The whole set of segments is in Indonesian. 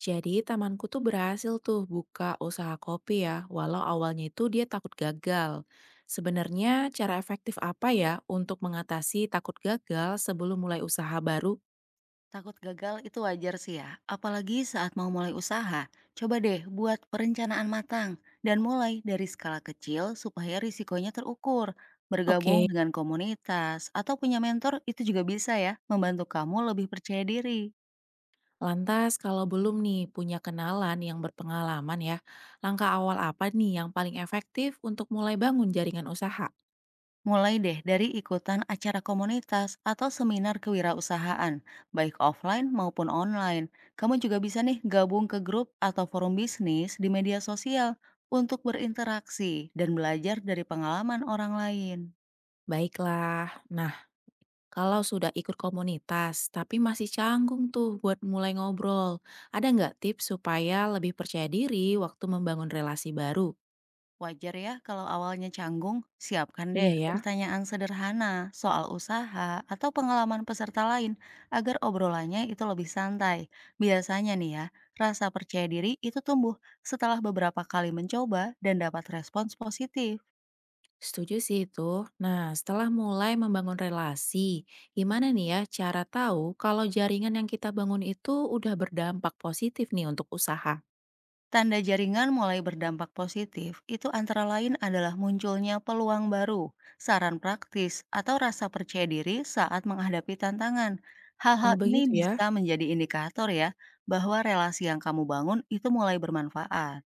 Jadi temanku tuh berhasil tuh buka usaha kopi ya, walau awalnya itu dia takut gagal. Sebenarnya cara efektif apa ya untuk mengatasi takut gagal sebelum mulai usaha baru? Takut gagal itu wajar sih ya, apalagi saat mau mulai usaha. Coba deh buat perencanaan matang dan mulai dari skala kecil supaya risikonya terukur. Bergabung Oke, dengan komunitas atau punya mentor itu juga bisa ya membantu kamu lebih percaya diri. lantas kalau belum nih punya kenalan yang berpengalaman ya, langkah awal apa nih yang paling efektif untuk mulai bangun jaringan usaha? Mulai deh dari ikutan acara komunitas atau seminar kewirausahaan, baik offline maupun online. Kamu juga bisa nih gabung ke grup atau forum bisnis di media sosial untuk berinteraksi dan belajar dari pengalaman orang lain. Baiklah, nah. Kalau sudah ikut komunitas, tapi masih canggung tuh buat mulai ngobrol. Ada nggak tips supaya lebih percaya diri waktu membangun relasi baru? Wajar ya kalau awalnya canggung, siapkan deh Iya ya. pertanyaan sederhana soal usaha atau pengalaman peserta lain agar obrolannya itu lebih santai. Biasanya nih ya, rasa percaya diri itu tumbuh setelah beberapa kali mencoba dan dapat respons positif. Setuju sih itu. Nah, setelah mulai membangun relasi, gimana nih ya cara tahu kalau jaringan yang kita bangun itu udah berdampak positif nih untuk usaha? Tanda jaringan mulai berdampak positif itu antara lain adalah munculnya peluang baru, saran praktis, atau rasa percaya diri saat menghadapi tantangan. Hal-hal Oh ini begitu ya. bisa menjadi indikator ya bahwa relasi yang kamu bangun itu mulai bermanfaat.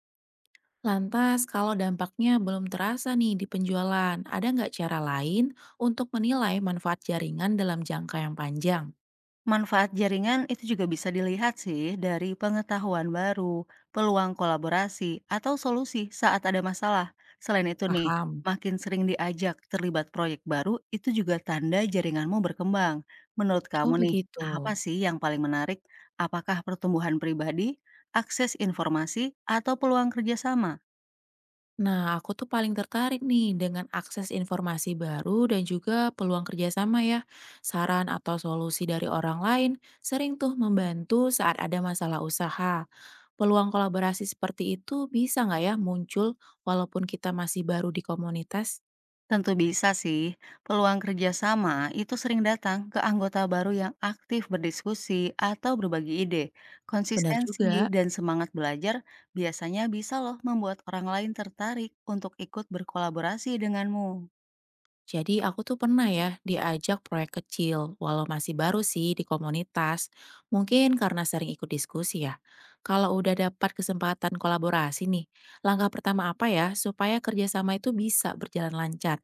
Lantas, kalau dampaknya belum terasa nih di penjualan, ada nggak cara lain untuk menilai manfaat jaringan dalam jangka yang panjang? Manfaat jaringan itu juga bisa dilihat sih dari pengetahuan baru, peluang kolaborasi, atau solusi saat ada masalah. Selain itu nih, Paham? makin sering diajak terlibat proyek baru, itu juga tanda jaringanmu berkembang. Menurut Oh kamu nih, begitu. apa sih yang paling menarik? Apakah pertumbuhan pribadi, akses informasi, atau peluang kerjasama? Nah, aku tuh paling tertarik nih dengan akses informasi baru dan juga peluang kerjasama ya. Saran atau solusi dari orang lain sering tuh membantu saat ada masalah usaha. Peluang kolaborasi seperti itu bisa nggak ya muncul walaupun kita masih baru di komunitas? Tentu bisa sih, peluang kerjasama itu sering datang ke anggota baru yang aktif berdiskusi atau berbagi ide. Benar Konsistensi juga. dan semangat belajar biasanya bisa loh membuat orang lain tertarik untuk ikut berkolaborasi denganmu. Jadi aku tuh pernah ya diajak proyek kecil, walau masih baru sih di komunitas. Mungkin karena sering ikut diskusi ya. Kalau udah dapat kesempatan kolaborasi nih, langkah pertama apa ya supaya kerjasama itu bisa berjalan lancar?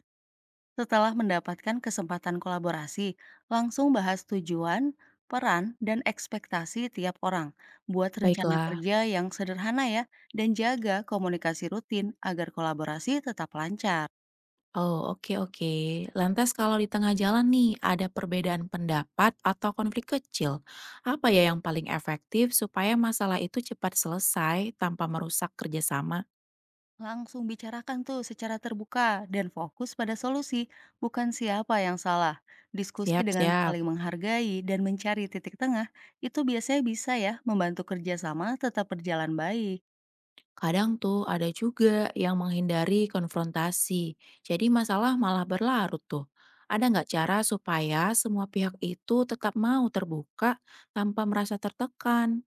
Setelah mendapatkan kesempatan kolaborasi, langsung bahas tujuan, peran, dan ekspektasi tiap orang. Buat rencana Baiklah. kerja yang sederhana ya, dan jaga komunikasi rutin agar kolaborasi tetap lancar. Oh, oke oke. Lantas kalau di tengah jalan nih ada perbedaan pendapat atau konflik kecil, apa ya yang paling efektif supaya masalah itu cepat selesai tanpa merusak kerjasama? Langsung bicarakan tuh secara terbuka dan fokus pada solusi, bukan siapa yang salah. Diskusi Siap dengan siap. saling menghargai dan mencari titik tengah, itu biasanya bisa ya membantu kerjasama tetap berjalan baik. Kadang tuh ada juga yang menghindari konfrontasi, jadi masalah malah berlarut tuh. Ada nggak cara supaya semua pihak itu tetap mau terbuka tanpa merasa tertekan?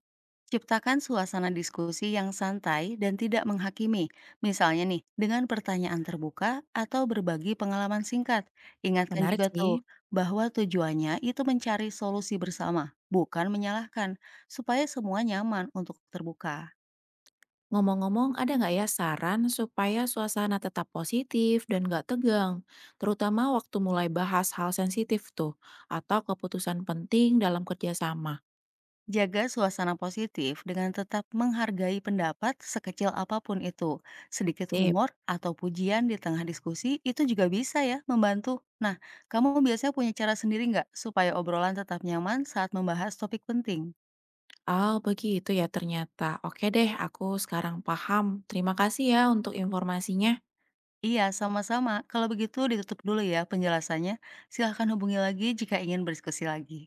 Ciptakan suasana diskusi yang santai dan tidak menghakimi. Misalnya nih, dengan pertanyaan terbuka atau berbagi pengalaman singkat. Ingatkan Menarik juga sih. tuh, bahwa tujuannya itu mencari solusi bersama, bukan menyalahkan, supaya semua nyaman untuk terbuka. Ngomong-ngomong, ada nggak ya saran supaya suasana tetap positif dan nggak tegang? Terutama waktu mulai bahas hal sensitif tuh, atau keputusan penting dalam kerjasama. Jaga suasana positif dengan tetap menghargai pendapat sekecil apapun itu. Sedikit Sip. humor atau pujian di tengah diskusi itu juga bisa ya membantu. Nah, kamu biasanya punya cara sendiri nggak supaya obrolan tetap nyaman saat membahas topik penting? Oh, begitu ya ternyata. Oke deh, aku sekarang paham. Terima kasih ya untuk informasinya. Iya, sama-sama. Kalau begitu ditutup dulu ya penjelasannya. Silahkan hubungi lagi jika ingin berdiskusi lagi.